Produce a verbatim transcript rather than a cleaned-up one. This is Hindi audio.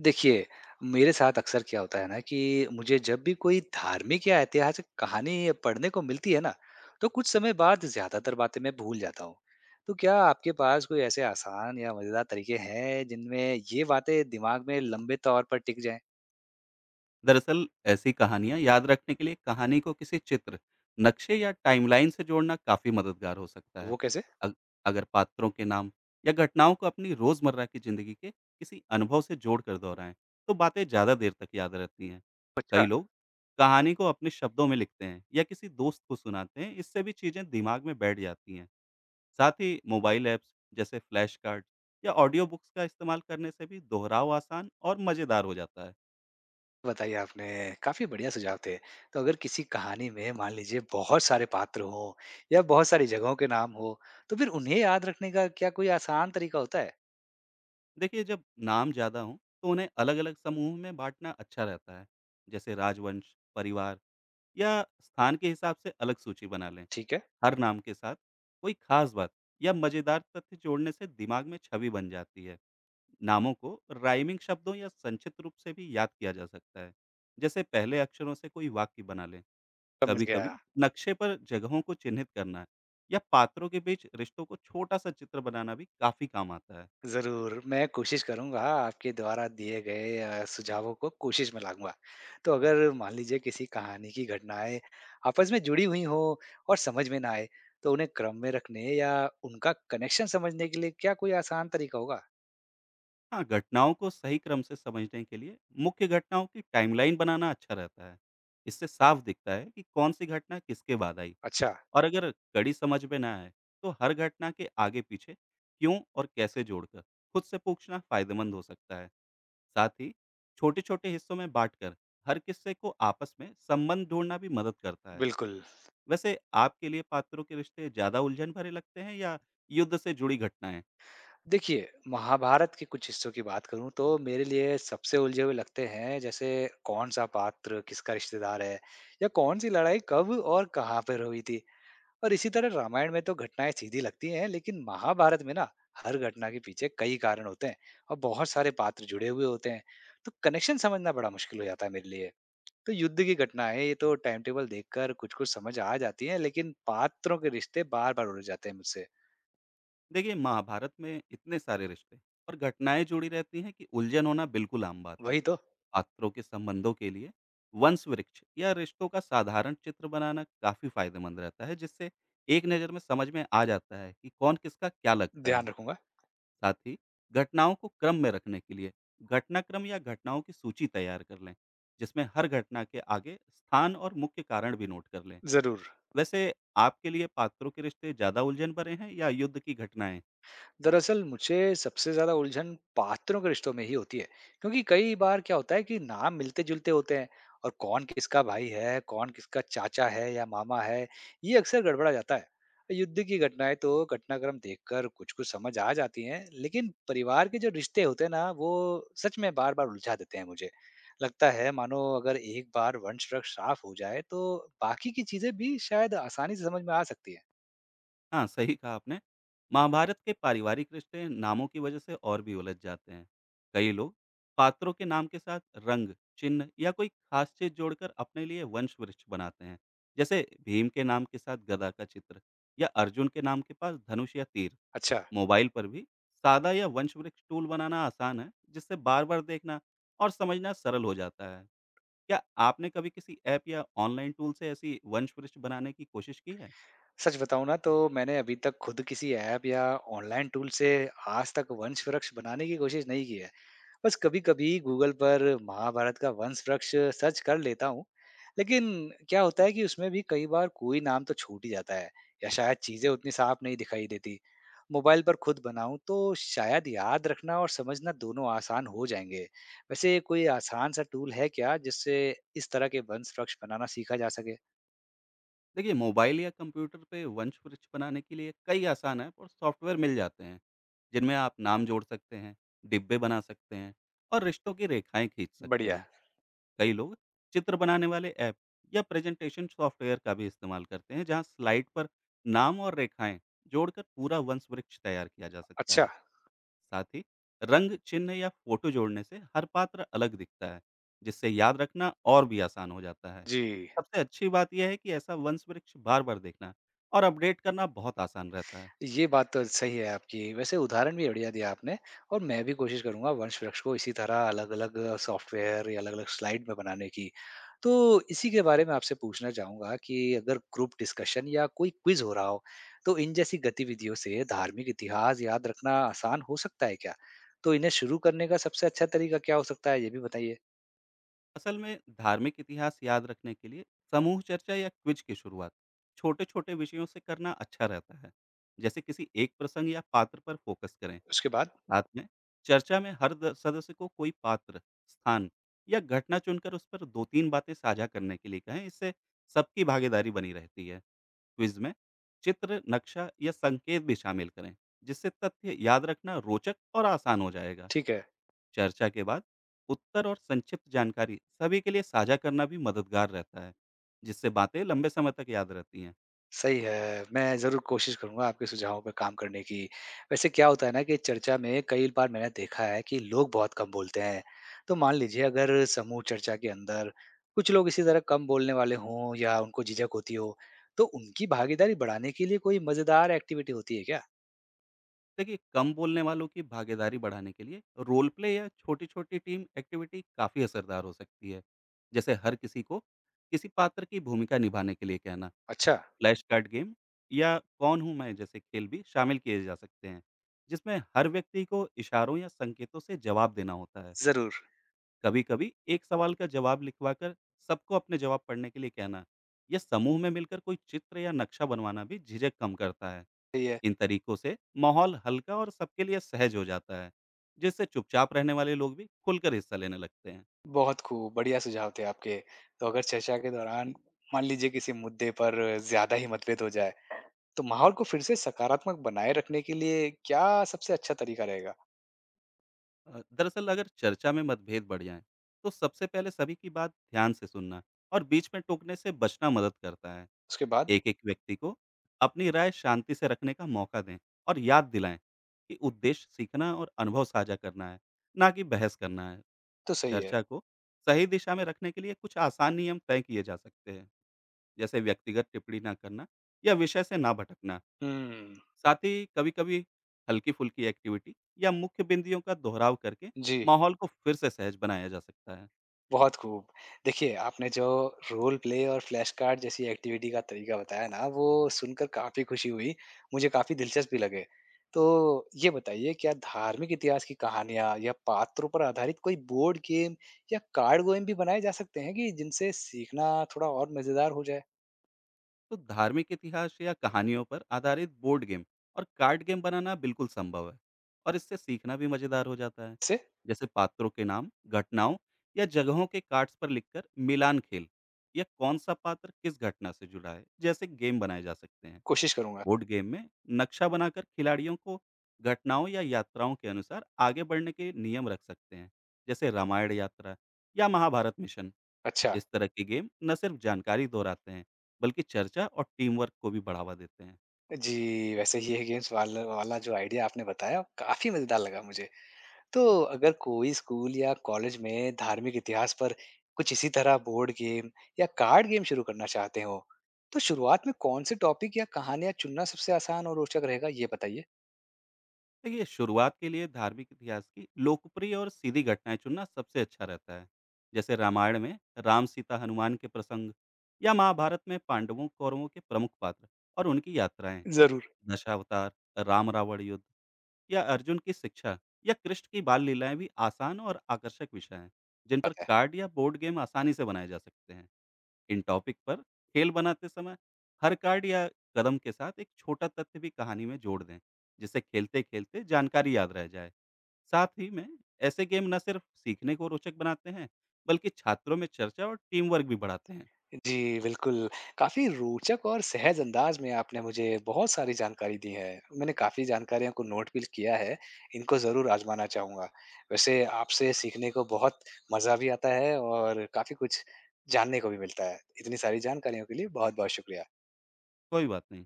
देखिए, मेरे साथ अक्सर क्या होता है ना कि मुझे जब भी कोई धार्मिक या ऐतिहासिक कहानी पढ़ने को मिलती है ना, तो कुछ समय बाद ज़्यादातर बातें मैं भूल जाता हूँ। तो क्या आपके पास कोई ऐसे आसान या मज़ेदार तरीके हैं जिनमें ये बातें दिमाग में लंबे तौर पर टिक जाएँ? दरअसल ऐसी कहानियां याद रखने के लिए कहानी को किसी चित्र, नक्शे या टाइमलाइन से जोड़ना काफी मददगार हो सकता है। वो कैसे? अग- अगर पात्रों के नाम या घटनाओं को अपनी रोजमर्रा की जिंदगी के किसी अनुभव से जोड़कर दोहराएं, तो बातें ज्यादा देर तक याद रहती हैं। अच्छा। कई लोग कहानी को अपने शब्दों में लिखते हैं या किसी दोस्त को सुनाते हैं, इससे भी चीजें दिमाग में बैठ जाती हैं। साथ ही मोबाइल ऐप्स जैसे फ्लैश कार्ड या ऑडियो बुक्स का इस्तेमाल करने से भी दोहराव आसान और मजेदार हो जाता है। बताइए आपने काफ़ी बढ़िया सुझाव थे। तो अगर किसी कहानी में मान लीजिए बहुत सारे पात्र हों या बहुत सारी जगहों के नाम हो, तो फिर उन्हें याद रखने का क्या कोई आसान तरीका होता है? देखिए, जब नाम ज़्यादा हों तो उन्हें अलग अलग समूह में बांटना अच्छा रहता है। जैसे राजवंश, परिवार या स्थान के हिसाब से अलग सूची बना लें। ठीक है, हर नाम के साथ कोई खास बात या मज़ेदार तथ्य जोड़ने से दिमाग में छवि बन जाती है। नामों को राइमिंग शब्दों या संक्षिप्त रूप से भी याद किया जा सकता है, जैसे पहले अक्षरों से कोई वाक्य बना लें। समझ कभी गया। कभी नक्शे पर जगहों को चिन्हित करना या पात्रों के बीच रिश्तों को छोटा सा चित्र बनाना भी काफी काम आता है। ज़रूर, मैं कोशिश करूँगा आपके द्वारा दिए गए अ, सुझावों को कोशिश में लाऊँगा। तो अगर मान लीजिए किसी कहानी की घटनाएँ आपस में जुड़ी हुई हों और समझ में ना आए, तो उन्हें क्रम में रखने या उनका कनेक्शन समझने के लिए क्या कोई आसान तरीका होगा? हाँ, घटनाओं को सही क्रम से समझने के लिए मुख्य घटनाओं की टाइमलाइन बनाना अच्छा रहता है। इससे साफ दिखता है कि कौन सी घटना किसके बाद आई। अच्छा, और अगर कड़ी समझ में ना आए, तो हर घटना के आगे-पीछे क्यों और कैसे जोड़कर खुद से पूछना फ़ायदेमंद हो सकता है। साथ ही छोटे-छोटे हिस्सों में बाँटकर हर किस्से को आपस में संबंध ढूँढना भी मदद करता है। बिल्कुल। वैसे आपके लिए पात्रों के रिश्ते ज़्यादा उलझन भरे लगते हैं या युद्ध से जुड़ी घटनाएँ? देखिए, महाभारत के कुछ हिस्सों की बात करूँ तो मेरे लिए सबसे उलझे हुए लगते हैं, जैसे कौन-सा पात्र किसका रिश्तेदार है या कौन-सी लड़ाई कब और कहाँ पर हुई थी। और इसी तरह रामायण में तो घटनाएं सीधी लगती हैं लेकिन महाभारत में ना हर घटना के पीछे कई कारण होते हैं और बहुत सारे पात्र जुड़े हुए होते हैं। तो कनेक्शन समझना बड़ा मुश्किल हो जाता है मेरे लिए। तो युद्ध की घटनाएं ये तो टाइम टेबल देखकर कुछ कुछ समझ आ जाती है लेकिन पात्रों के रिश्ते बार बार उड़ जाते हैं मुझसे। देखिए, महाभारत में इतने सारे रिश्ते और घटनाएं जुड़ी रहती हैं कि उलझन होना बिल्कुल आम बात है। वही तो। पात्रों के संबंधों के लिए वंश वृक्ष या रिश्तों का साधारण चित्र बनाना काफी फायदेमंद रहता है, जिससे एक नज़र में समझ में आ जाता है कि कौन किसका क्या लगता है। ध्यान रखूंगा। साथ ही घटनाओं को क्रम में रखने के लिए घटनाक्रम या घटनाओं की सूची तैयार कर लें, जिसमें हर घटना के आगे स्थान और मुख्य कारण भी नोट कर लें। जरूर। वैसे आपके लिए पात्रों के रिश्ते ज्यादा उलझन भरे हैं या युद्ध की घटनाएं? दरअसल मुझे सबसे ज्यादा उलझन पात्रों के रिश्तों में ही होती है, क्योंकि कई बार क्या होता है कि नाम मिलते जुलते होते हैं और कौन किसका भाई है, कौन किसका चाचा है या मामा है, ये अक्सर गड़बड़ा जाता है। युद्ध की घटनाएं तो घटनाक्रम देखकर कुछ कुछ समझ आ जाती हैं लेकिन परिवार के जो रिश्ते होते हैं ना वो सच में बार बार उलझा देते हैं मुझे। लगता है मानो अगर एक बार वंश वृक्ष साफ हो जाए तो बाकी की चीजें भी शायद आसानी से समझ में आ सकती है। हाँ, सही कहा आपने। महाभारत के पारिवारिक रिश्ते नामों की वजह से और भी उलझ जाते हैं। कई लोग पात्रों के नाम के साथ रंग, चिन्ह या कोई खास चीज़ जोड़कर अपने लिए वंश-वृक्ष बनाते हैं। जैसे भीम के नाम के साथ गदा का चित्र या अर्जुन के नाम के पास धनुष या तीर। अच्छा। मोबाइल पर भी सादा या वंश-वृक्ष टूल बनाना आसान है, जिससे बार-बार देखना और समझना सरल हो जाता है। क्या आपने कभी किसी ऐप या ऑनलाइन टूल से ऐसी वंश-वृक्ष बनाने की कोशिश की है? सच बताऊँ ना तो मैंने अभी तक खुद किसी ऐप या ऑनलाइन टूल से आज तक वंश वृक्ष बनाने की कोशिश नहीं की है। बस कभी-कभी गूगल पर महाभारत का वंश वृक्ष सर्च कर लेता हूँ। लेकिन क्या होता है कि उसमें भी कई बार कोई नाम तो छूट ही जाता है या शायद चीज़ें उतनी साफ नहीं दिखाई देती। मोबाइल पर खुद बनाऊँ तो शायद याद रखना और समझना दोनों आसान हो जाएँगे। वैसे कोई आसान सा टूल है क्या जिससे इस तरह के वंश वृक्ष बनाना सीखा जा सके? देखिए, मोबाइल या कंप्यूटर पे वंशवृक्ष बनाने के लिए कई आसान ऐप और सॉफ्टवेयर मिल जाते हैं, जिनमें आप नाम जोड़ सकते हैं, डिब्बे बना सकते हैं और रिश्तों की रेखाएं खींच सकते बढ़िया, हैं। कई लोग चित्र बनाने वाले ऐप या प्रेजेंटेशन सॉफ्टवेयर का भी इस्तेमाल करते हैं, जहां स्लाइड पर नाम और रेखाएं जोड़कर पूरा वंशवृक्ष तैयार किया जा सकता अच्छा, है। साथ ही रंग, चिन्ह या फोटो जोड़ने से हर पात्र अलग दिखता है, जिससे याद रखना और भी आसान हो जाता है। जी। सबसे अच्छी बात यह है कि ऐसा वंश वृक्ष बार बार देखना और अपडेट करना बहुत आसान रहता है। ये बात तो सही है आपकी। वैसे उदाहरण भी बढ़िया दिया आपने और मैं भी कोशिश करूँगा वंशवृक्ष को इसी तरह अलग-अलग सॉफ्टवेयर या अलग-अलग स्लाइड में बनाने की। तो इसी के बारे में आपसे पूछना चाहूँगा कि अगर ग्रुप डिस्कशन या कोई क्विज़ हो रहा हो, तो इन जैसी गतिविधियों से धार्मिक इतिहास याद रखना आसान हो सकता है क्या? तो इन्हें शुरू करने का सबसे अच्छा तरीका क्या हो सकता है, ये भी बताइए? असल में धार्मिक इतिहास याद रखने के लिए समूह चर्चा या क्विज की शुरुआत छोटे छोटे विषयों से करना अच्छा रहता है, जैसे किसी एक प्रसंग या पात्र पर फोकस करें। उसके बाद साथ में चर्चा में हर द- सदस्य को कोई पात्र, स्थान या घटना चुनकर उस पर दो तीन बातें साझा करने के लिए कहें, इससे सबकी भागीदारी बनी रहती है। क्विज में चित्र, नक्शा या संकेत भी शामिल करें, जिससे तथ्य याद रखना रोचक और आसान हो जाएगा। ठीक है। चर्चा के बाद उत्तर और संक्षिप्त जानकारी सभी के लिए साझा करना भी मददगार रहता है, जिससे बातें लंबे समय तक याद रहती हैं। सही है। मैं ज़रूर कोशिश करूँगा आपके सुझावों पे काम करने की। वैसे क्या होता है ना कि चर्चा में कई बार मैंने देखा है कि लोग बहुत कम बोलते हैं। तो मान लीजिए अगर समूह चर्चा के अंदर कुछ लोग इसी तरह कम बोलने वाले हों या उनको झिझक होती हो, तो उनकी भागीदारी बढ़ाने के लिए कोई मज़ेदार एक्टिविटी होती है क्या? देखिए, कम बोलने वालों की भागीदारी बढ़ाने के लिए रोल प्ले या छोटी-छोटी टीम एक्टिविटी काफ़ी असरदार हो सकती है। जैसे हर किसी को किसी पात्र की भूमिका निभाने के लिए कहना, अच्छा। फ्लैश कार्ड गेम या कौन हूँ मैं जैसे खेल भी शामिल किए जा सकते हैं, जिसमें हर व्यक्ति को इशारों या संकेतों से जवाब देना होता है। ज़रूर। कभी-कभी एक सवाल का जवाब लिखवाकर सबको अपने जवाब पढ़ने के लिए कहना या समूह में मिलकर कोई चित्र या नक्शा बनवाना भी झिझक कम करता है। सही है। इन तरीकों से माहौल हल्का और सबके लिए सहज हो जाता है, जिससे चुपचाप रहने वाले लोग भी खुलकर हिस्सा लेने लगते हैं। बहुत खूब, बढ़िया सुझाव थे आपके। तो अगर चर्चा के दौरान मान लीजिए किसी मुद्दे पर ज़्यादा ही मतभेद हो जाए, तो माहौल को फिर से सकारात्मक बनाए रखने के लिए क्या सबसे अच्छा तरीका रहेगा? अ, दरअसल अगर चर्चा में मतभेद बढ़ जाए तो सबसे पहले सभी की बात ध्यान से सुनना और बीच में टोकने से बचना मदद करता है। उसके बाद एक एक व्यक्ति को अपनी राय शांति से रखने का मौका दें और याद दिलाएं कि उद्देश्य सीखना और अनुभव साझा करना है, ना कि बहस करना है। तो सही है। चर्चा को सही दिशा में रखने के लिए कुछ आसान नियम तय किए जा सकते हैं, जैसे व्यक्तिगत टिप्पणी ना करना या विषय से ना भटकना। हुँ, साथ ही कभी-कभी हल्की-फुल्की एक्टिविटी या मुख्य बिंदियों का दोहराव करके जी, माहौल को फिर से सहज बनाया जा सकता है। बहुत खूब। देखिए, आपने जो रोल प्ले और फ्लैश कार्ड जैसी एक्टिविटी का तरीका बताया ना, वो सुनकर काफ़ी खुशी हुई, मुझे काफ़ी दिलचस्प भी लगे। तो ये बताइए, क्या धार्मिक इतिहास की कहानियाँ या पात्रों पर आधारित कोई बोर्ड गेम या कार्ड गेम भी बनाए जा सकते हैं कि जिनसे सीखना थोड़ा और मज़ेदार हो जाए? तो धार्मिक इतिहास या कहानियों पर आधारित बोर्ड गेम और कार्ड गेम बनाना बिल्कुल संभव है, और इससे सीखना भी मजेदार हो जाता है। से जैसे पात्रों के नाम, घटनाओं या जगहों के कार्ड्स पर लिखकर मिलान खेल या कौन सा पात्र किस घटना से जुड़ा है जैसे गेम बनाए जा सकते हैं। कोशिश करूँगा। बोर्ड गेम में नक्शा बनाकर खिलाड़ियों को घटनाओं या यात्राओं के अनुसार आगे बढ़ने के नियम रख सकते हैं, जैसे रामायण यात्रा या महाभारत मिशन। अच्छा। इस तरह के गेम न सिर्फ जानकारी दोहराते हैं, बल्कि चर्चा और टीम वर्क को भी बढ़ावा देते हैं। जी, वैसे ही ये गेम्स वाला वाला जो आइडिया आपने बताया काफ़ी मज़ेदार लगा मुझे। तो अगर कोई स्कूल या कॉलेज में धार्मिक इतिहास पर कुछ इसी तरह बोर्ड गेम या कार्ड गेम शुरू करना चाहते हों, तो शुरुआत में कौन से टॉपिक या कहानियाँ चुनना सबसे आसान और रोचक रहेगा ये बताइए? देखिए, शुरुआत के लिए धार्मिक इतिहास की लोकप्रिय और सीधी घटनाएं चुनना सबसे अच्छा रहता है। जैसे रामायण में राम, सीता, हनुमान के प्रसंग या महाभारत में पांडवों, कौरवों के प्रमुख पात्र और उनकी यात्राएं। ज़रूर। दशावतार, राम रावण युद्ध या अर्जुन की शिक्षा या कृष्ण की बाल लीलाएं भी आसान और आकर्षक विषय हैं, जिन पर कार्ड या बोर्ड गेम आसानी से बनाए जा सकते हैं। इन टॉपिक पर खेल बनाते समय हर कार्ड या कदम के साथ एक छोटा तथ्य भी कहानी में जोड़ दें, जिससे खेलते खेलते जानकारी याद रह जाए। साथ ही में ऐसे गेम न सिर्फ सीखने को रोचक बनाते हैं, बल्कि छात्रों में चर्चा और टीम वर्क भी बढ़ाते हैं। जी, बिल्कुल। काफ़ी रोचक और सहज अंदाज़ में आपने मुझे बहुत सारी जानकारी दी है। मैंने काफ़ी जानकारियों को नोट भी किया है, इनको ज़रूर आज़माना चाहूँगा। वैसे आपसे सीखने को बहुत मज़ा भी आता है और काफ़ी कुछ जानने को भी मिलता है। इतनी सारी जानकारियों के लिए बहुत-बहुत शुक्रिया। कोई बात नहीं।